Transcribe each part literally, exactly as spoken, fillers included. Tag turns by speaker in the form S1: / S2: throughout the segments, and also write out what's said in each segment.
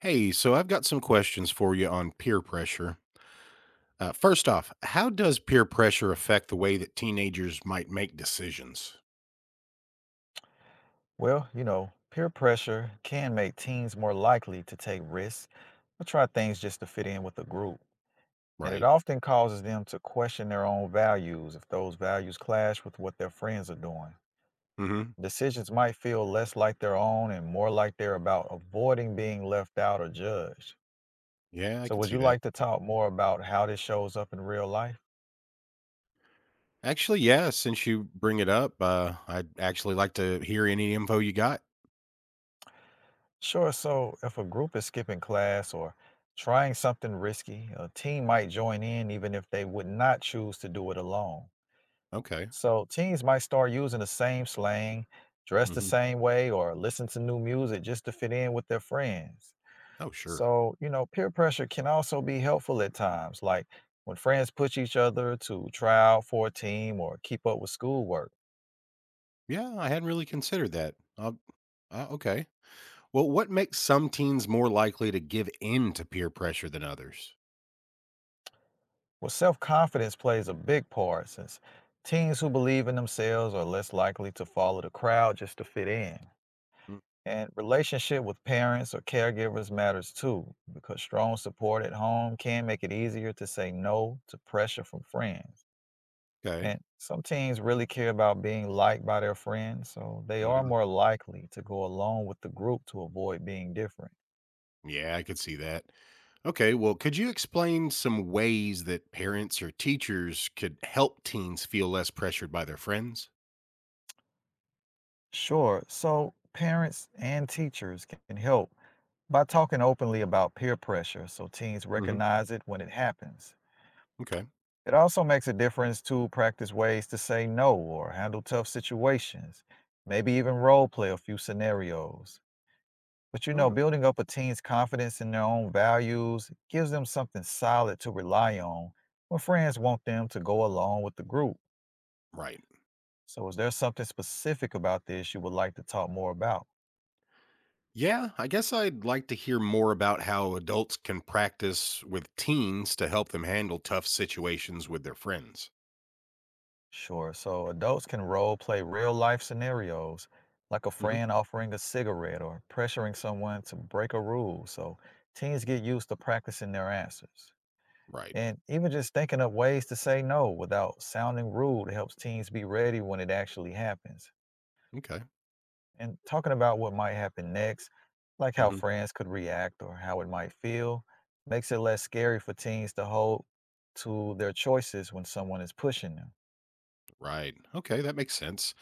S1: Hey, so I've got some questions for you on peer pressure. Uh, first off, how does peer pressure affect the way that teenagers might make decisions?
S2: Well, you know, peer pressure can make teens more likely to take risks or try things just to fit in with the group. And it
S1: Right.
S2: often causes them to question their own values if those values clash with what their friends are doing.
S1: Hmm.
S2: Decisions might feel less like their own and more like they're about avoiding being left out or judged.
S1: Yeah, I
S2: So,
S1: can
S2: would
S1: see
S2: you
S1: that.
S2: like to talk more about how this shows up in real life?
S1: Actually, yeah, since you bring it up, uh, I'd actually like to hear any info you got.
S2: Sure. So if a group is skipping class or trying something risky, a team might join in even if they would not choose to do it alone.
S1: Okay.
S2: So teens might start using the same slang, dress the
S1: Hmm.
S2: same way, or listen to new music just to fit in with their friends.
S1: Oh, sure.
S2: So, you know, peer pressure can also be helpful at times, like when friends push each other to try out for a team or keep up with schoolwork.
S1: Yeah, I hadn't really considered that. Uh, uh, okay. Well, what makes some teens more likely to give in to peer pressure than others?
S2: Well, self confidence plays a big part since teens who believe in themselves are less likely to follow the crowd just to fit in.
S1: Mm.
S2: And relationship with parents or caregivers matters too, because strong support at home can make it easier to say no to pressure from friends.
S1: Okay.
S2: And some teens really care about being liked by their friends, so they are
S1: Hmm.
S2: more likely to go along with the group to avoid being different.
S1: Yeah, I could see that. Okay, well, could you explain some ways that parents or teachers could help teens feel less pressured by their friends?
S2: Sure. So parents and teachers can can help by talking openly about peer pressure so teens
S1: Hmm.
S2: recognize it when it happens.
S1: Okay.
S2: It also makes a difference to practice ways to say no or handle tough situations, maybe even role play a few scenarios. But you know,
S1: Mm.
S2: building up a teen's confidence in their own values gives them something solid to rely on when friends want them to go along with the group.
S1: Right.
S2: So, is there something specific about this you would like to talk more about?
S1: Yeah, I guess I'd like to hear more about how adults can practice with teens to help them handle tough situations with their friends.
S2: Sure. So adults can role play real life scenarios, like a
S1: Hmm.
S2: friend offering a cigarette or pressuring someone to break a rule. So teens get used to practicing their answers.
S1: Right.
S2: And even just thinking up ways to say no without sounding rude helps teens be ready when it actually happens.
S1: Okay.
S2: And talking about what might happen next, like how
S1: Hmm.
S2: friends could react or how it might feel, makes it less scary for teens to hold to their choices when someone is pushing them.
S1: Right. Okay, that makes sense.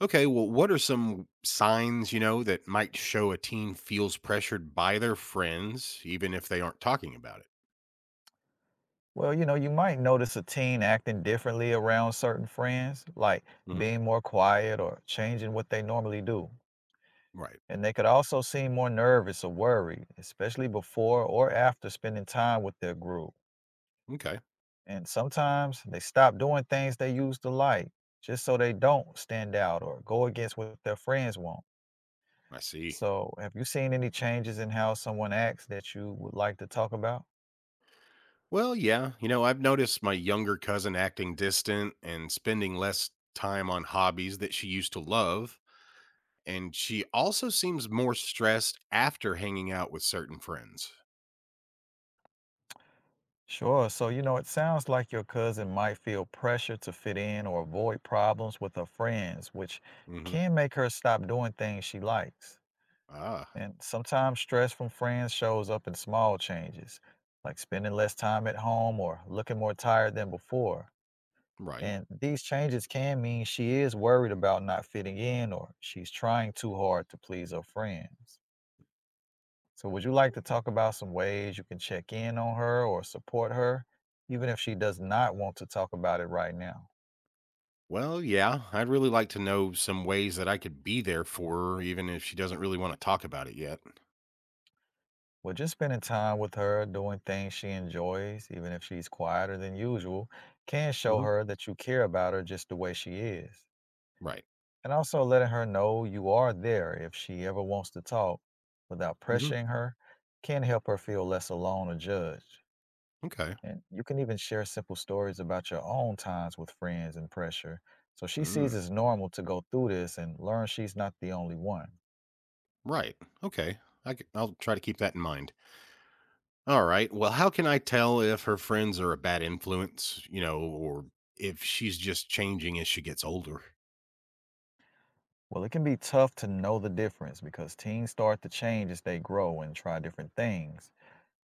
S1: Okay, well, what are some signs, you know, that might show a teen feels pressured by their friends, even if they aren't talking about it?
S2: Well, you know, you might notice a teen acting differently around certain friends, like
S1: Hmm.
S2: being more quiet or changing what they normally do.
S1: Right.
S2: And they could also seem more nervous or worried, especially before or after spending time with their group.
S1: Okay,
S2: And sometimes they stop doing things they used to like just so they don't stand out or go against what their friends want.
S1: I see.
S2: So, have you seen any changes in how someone acts that you would like to talk about?
S1: Well, yeah, you know, I've noticed my younger cousin acting distant and spending less time on hobbies that she used to love. And she also seems more stressed after hanging out with certain friends.
S2: Sure. So, you know, it sounds like your cousin might feel pressure to fit in or avoid problems with her friends, which
S1: Hmm.
S2: can make her stop doing things she likes.
S1: Ah,
S2: And sometimes stress from friends shows up in small changes, like spending less time at home or looking more tired than before.
S1: right.
S2: And these changes can mean she is worried about not fitting in or she's trying too hard to please her friends. So, would you like to talk about some ways you can check in on her or support her, even if she does not want to talk about it right now?
S1: Well, yeah, I'd really like to know some ways that I could be there for her, even if she doesn't really want to talk about it yet.
S2: Well, just spending time with her, doing things she enjoys, even if she's quieter than usual, can show
S1: Hmm.
S2: her that you care about her just the way she is.
S1: Right.
S2: And also letting her know you are there if she ever wants to talk without
S1: Hmm.
S2: pressuring her can help her feel less alone or judged.
S1: Okay.
S2: And you can even share simple stories about your own times with friends and pressure. So she sees
S1: Mm,
S2: it's normal to go through this and learn she's not the only one.
S1: right. Okay. I c- I'll try to keep that in mind. All right. Well, how can I tell if her friends are a bad influence, you know, or if she's just changing as she gets older?
S2: Well, it can be tough to know the difference because teens start to change as they grow and try different things.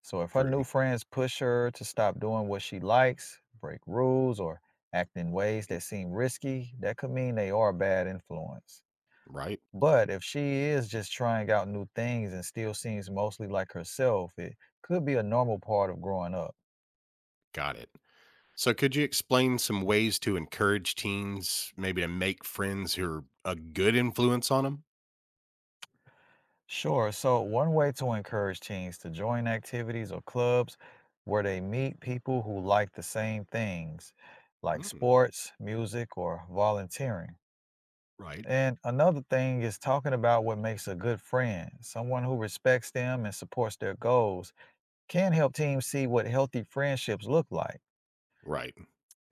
S2: So if her new
S1: True.
S2: friends push her to stop doing what she likes, break rules, or act in ways
S1: Mhm.
S2: that seem risky, that could mean they are a bad influence.
S1: Right.
S2: But if she is just trying out new things and still seems mostly like herself, it could be a normal part of growing up.
S1: Got it. So, could you explain some ways to encourage teens, maybe to make friends who are a good influence on them?
S2: Sure, so one way to encourage teens to join activities or clubs where they meet people who like the same things, like
S1: Mm,
S2: sports, music, or volunteering.
S1: right.
S2: And another thing is talking about what makes a good friend. Someone who respects them and supports their goals can help teens see what healthy friendships look like.
S1: Right.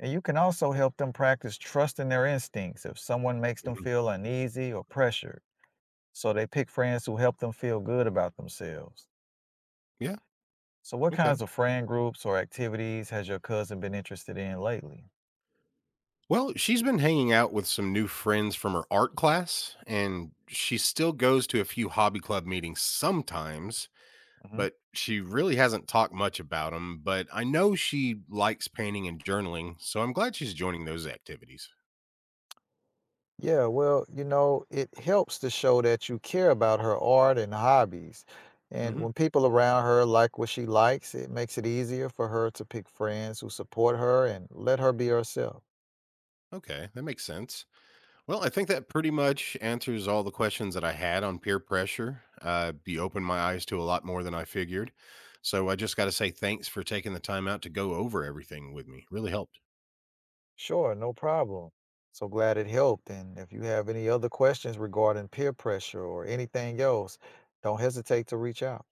S2: And you can also help them practice trusting their instincts if someone makes them
S1: Mhm.
S2: feel uneasy or pressured. So they pick friends who help them feel good about themselves.
S1: Yeah.
S2: So, what
S1: Okay.
S2: kinds of friend groups or activities has your cousin been interested in lately?
S1: Well, she's been hanging out with some new friends from her art class, and she still goes to a few hobby club meetings sometimes
S2: Hmm.
S1: but she really hasn't talked much about them. But I know she likes painting and journaling, so I'm glad she's joining those activities.
S2: Yeah, well, you know, it helps to show that you care about her art and hobbies. And
S1: Hmm.
S2: when people around her like what she likes, it makes it easier for her to pick friends who support her and let her be herself.
S1: Okay, that makes sense. Well, I think that pretty much answers all the questions that I had on peer pressure. Uh, you opened my eyes to a lot more than I figured. So I just got to say thanks for taking the time out to go over everything with me. Really helped.
S2: Sure, no problem. So glad it helped. And if you have any other questions regarding peer pressure or anything else, don't hesitate to reach out.